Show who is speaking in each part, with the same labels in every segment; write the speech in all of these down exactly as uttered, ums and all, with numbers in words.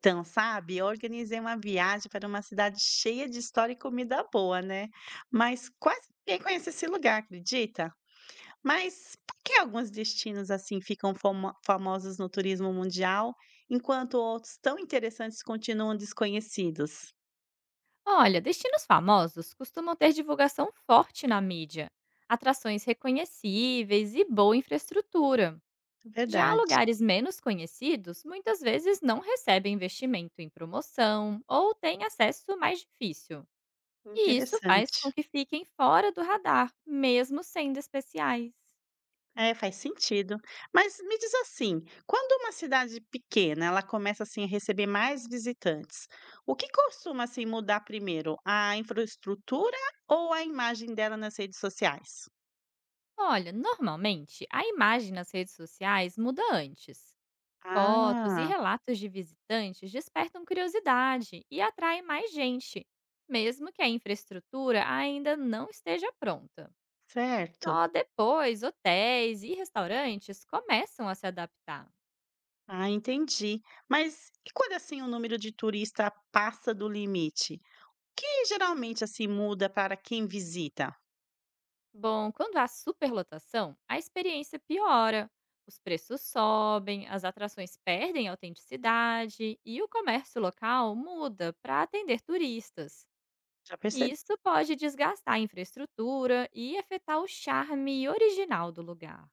Speaker 1: Então, sabe, eu organizei uma viagem para uma cidade cheia de história e comida boa, né? Mas quase ninguém conhece esse lugar, acredita? Mas por que alguns destinos assim ficam famo- famosos no turismo mundial, enquanto outros tão interessantes continuam desconhecidos?
Speaker 2: Olha, destinos famosos costumam ter divulgação forte na mídia, atrações reconhecíveis e boa infraestrutura. Já
Speaker 1: Verdade,
Speaker 2: lugares menos conhecidos muitas vezes não recebem investimento em promoção ou têm acesso mais difícil. E isso faz com
Speaker 1: interessante.
Speaker 2: que fiquem fora do radar, mesmo sendo especiais.
Speaker 1: É, faz sentido. Mas me diz assim, quando uma cidade pequena, ela começa assim a receber mais visitantes, o que costuma assim mudar primeiro, a infraestrutura ou a imagem dela nas redes sociais?
Speaker 2: Olha, normalmente a imagem nas redes sociais muda antes. Fotos e
Speaker 1: Ah,
Speaker 2: relatos de visitantes despertam curiosidade e atraem mais gente, mesmo que a infraestrutura ainda não esteja pronta.
Speaker 1: certo.
Speaker 2: Só depois, hotéis e restaurantes começam a se adaptar.
Speaker 1: Ah, entendi. Mas e quando assim o número de turista passa do limite? O que geralmente assim muda para quem visita?
Speaker 2: Bom, quando há superlotação, a experiência piora. Os preços sobem, as atrações perdem autenticidade e o comércio local muda para atender turistas.
Speaker 1: Já
Speaker 2: E
Speaker 1: percebeu?
Speaker 2: isso pode desgastar a infraestrutura e afetar o charme original do lugar.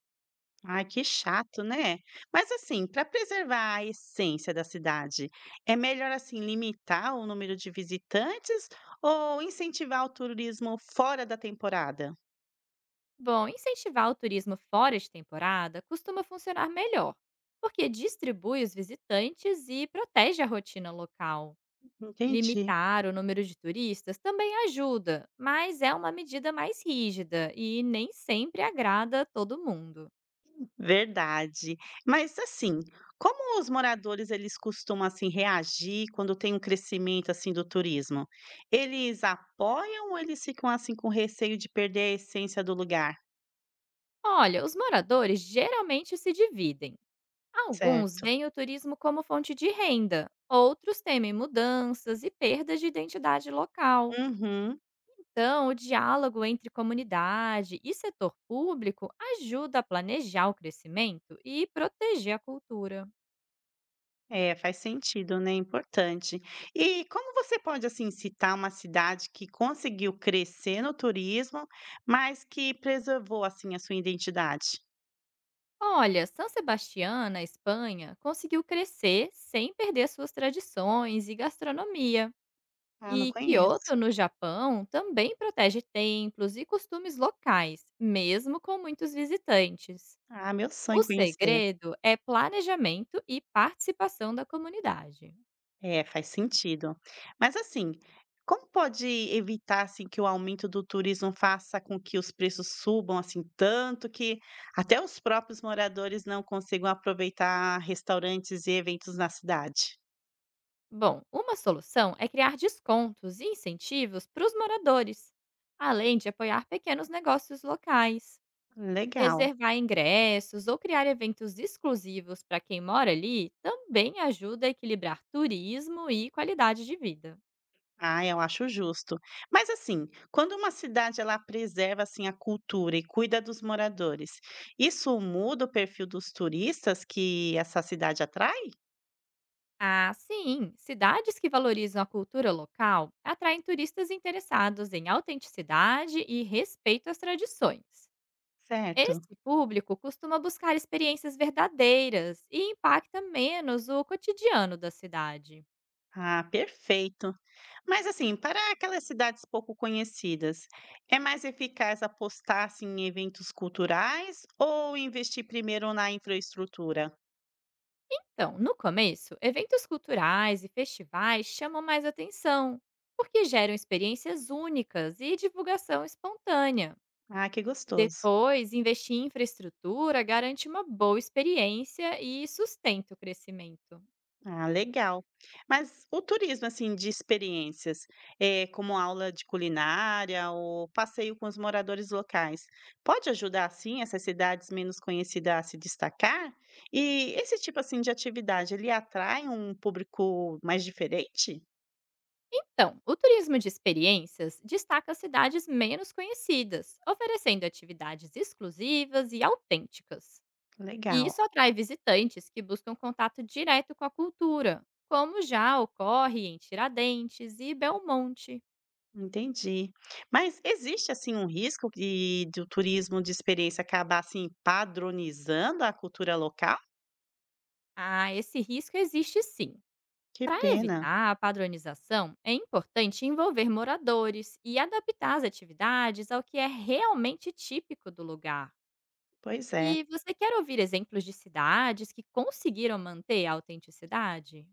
Speaker 1: Ai, que chato, né. Mas assim, para preservar a essência da cidade, é melhor, assim, limitar o número de visitantes ou incentivar o turismo fora da temporada?
Speaker 2: Bom, incentivar o turismo fora de temporada costuma funcionar melhor, porque distribui os visitantes e protege a rotina local.
Speaker 1: Entendi.
Speaker 2: Limitar o número de turistas também ajuda, mas é uma medida mais rígida e nem sempre agrada a todo mundo.
Speaker 1: Verdade. Mas assim, como os moradores eles costumam, assim, reagir quando tem um crescimento, assim, do turismo? Eles apoiam ou eles ficam, assim, com receio de perder a essência do lugar?
Speaker 2: Olha, os moradores geralmente se dividem. Alguns
Speaker 1: Certo.
Speaker 2: veem o turismo como fonte de renda, outros temem mudanças e perdas de identidade local.
Speaker 1: Uhum.
Speaker 2: Então, o diálogo entre comunidade e setor público ajuda a planejar o crescimento e proteger a cultura.
Speaker 1: É, faz sentido, né, importante. E como você pode, assim, citar uma cidade que conseguiu crescer no turismo, mas que preservou, assim, a sua identidade?
Speaker 2: Olha, São Sebastião, na Espanha, conseguiu crescer sem perder suas tradições e gastronomia.
Speaker 1: "Ah, não
Speaker 2: E
Speaker 1: conheço.
Speaker 2: Kyoto, no Japão, também protege templos e costumes locais, mesmo com muitos visitantes.
Speaker 1: Ah, meu sonho
Speaker 2: O
Speaker 1: conhecer".
Speaker 2: segredo é planejamento e participação da comunidade.
Speaker 1: É, faz sentido. Mas, assim, como pode evitar, assim, que o aumento do turismo faça com que os preços subam, assim, tanto que até os próprios moradores não consigam aproveitar restaurantes e eventos na cidade?
Speaker 2: Bom, uma solução é criar descontos e incentivos para os moradores, além de apoiar pequenos negócios locais.
Speaker 1: Legal.
Speaker 2: Reservar ingressos ou criar eventos exclusivos para quem mora ali também ajuda a equilibrar turismo e qualidade de vida.
Speaker 1: Ah, eu acho justo. Mas assim, quando uma cidade ela preserva assim a cultura e cuida dos moradores, isso muda o perfil dos turistas que essa cidade atrai?
Speaker 2: Ah, sim! Cidades que valorizam a cultura local atraem turistas interessados em autenticidade e respeito às tradições.
Speaker 1: Certo.
Speaker 2: Esse público costuma buscar experiências verdadeiras e impacta menos o cotidiano da cidade.
Speaker 1: Ah, perfeito. Mas assim, para aquelas cidades pouco conhecidas, é mais eficaz apostar assim, em eventos culturais ou investir primeiro na infraestrutura?
Speaker 2: Então, no começo, eventos culturais e festivais chamam mais atenção, porque geram experiências únicas e divulgação espontânea.
Speaker 1: Ah, que gostoso.
Speaker 2: Depois, investir em infraestrutura garante uma boa experiência e sustenta o crescimento.
Speaker 1: Ah, legal. Mas o turismo, assim, de experiências, eh, como aula de culinária ou passeio com os moradores locais, pode ajudar, assim, essas cidades menos conhecidas a se destacar? E esse tipo, assim, de atividade, ele atrai um público mais diferente?
Speaker 2: Então, o turismo de experiências destaca cidades menos conhecidas, oferecendo atividades exclusivas e autênticas. E
Speaker 1: Legal,
Speaker 2: isso atrai visitantes que buscam contato direto com a cultura, como já ocorre em Tiradentes e Belmonte.
Speaker 1: entendi. Mas existe, assim, um risco de, do turismo de experiência acabar, assim, padronizando a cultura local?
Speaker 2: Ah, esse risco existe sim.
Speaker 1: Que
Speaker 2: Para
Speaker 1: pena.
Speaker 2: evitar a padronização, é importante envolver moradores e adaptar as atividades ao que é realmente típico do lugar.
Speaker 1: Pois é.
Speaker 2: E você quer ouvir exemplos de cidades que conseguiram manter a autenticidade?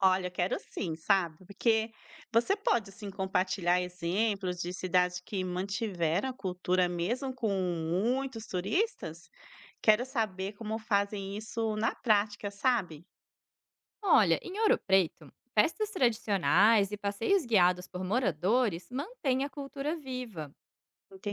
Speaker 1: Olha, eu quero sim, sabe? Porque você pode sim compartilhar exemplos de cidades que mantiveram a cultura mesmo com muitos turistas. Quero saber como fazem isso na prática, sabe?
Speaker 2: Olha, em Ouro Preto, festas tradicionais e passeios guiados por moradores mantêm a cultura viva.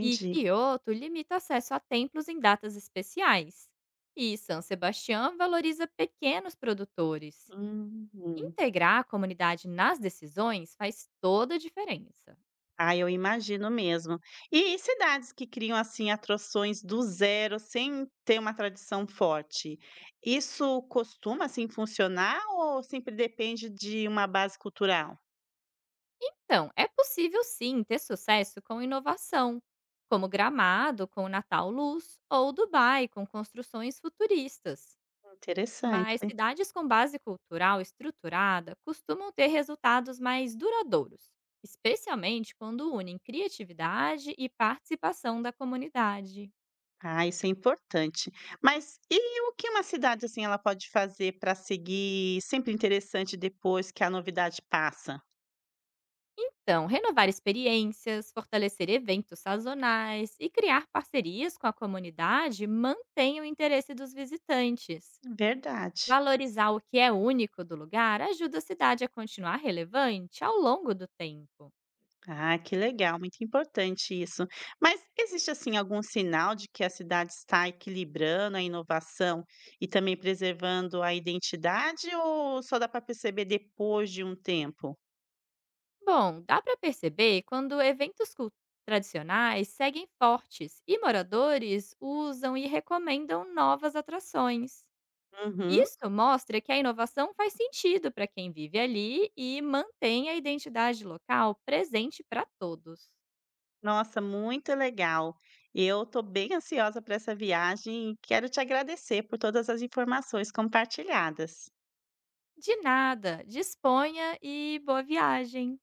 Speaker 2: E Kyoto limita acesso a templos em datas especiais. E São Sebastião valoriza pequenos produtores.
Speaker 1: Hum.
Speaker 2: Integrar a comunidade nas decisões faz toda a diferença.
Speaker 1: Ah, eu imagino mesmo. E cidades que criam assim atrações do zero, sem ter uma tradição forte, isso costuma assim funcionar ou sempre depende de uma base cultural?
Speaker 2: Então, é possível sim ter sucesso com inovação, como Gramado com Natal Luz ou Dubai com construções futuristas. Mas
Speaker 1: Interessante.
Speaker 2: cidades com base cultural estruturada costumam ter resultados mais duradouros, especialmente quando unem criatividade e participação da comunidade.
Speaker 1: Ah, isso é importante. Mas e o que uma cidade assim ela pode fazer para seguir sempre interessante depois que a novidade passa?
Speaker 2: Então, renovar experiências, fortalecer eventos sazonais e criar parcerias com a comunidade mantém o interesse dos visitantes.
Speaker 1: Verdade.
Speaker 2: Valorizar o que é único do lugar ajuda a cidade a continuar relevante ao longo do tempo.
Speaker 1: Ah, que legal, muito importante isso. Mas existe assim algum sinal de que a cidade está equilibrando a inovação e também preservando a identidade ou só dá para perceber depois de um tempo?
Speaker 2: Bom, dá para perceber quando eventos cul- tradicionais seguem fortes e moradores usam e recomendam novas atrações.
Speaker 1: Uhum.
Speaker 2: Isso mostra que a inovação faz sentido para quem vive ali e mantém a identidade local presente para todos.
Speaker 1: Nossa, muito legal. Eu estou bem ansiosa para essa viagem e quero te agradecer por todas as informações compartilhadas.
Speaker 2: De nada, disponha e boa viagem!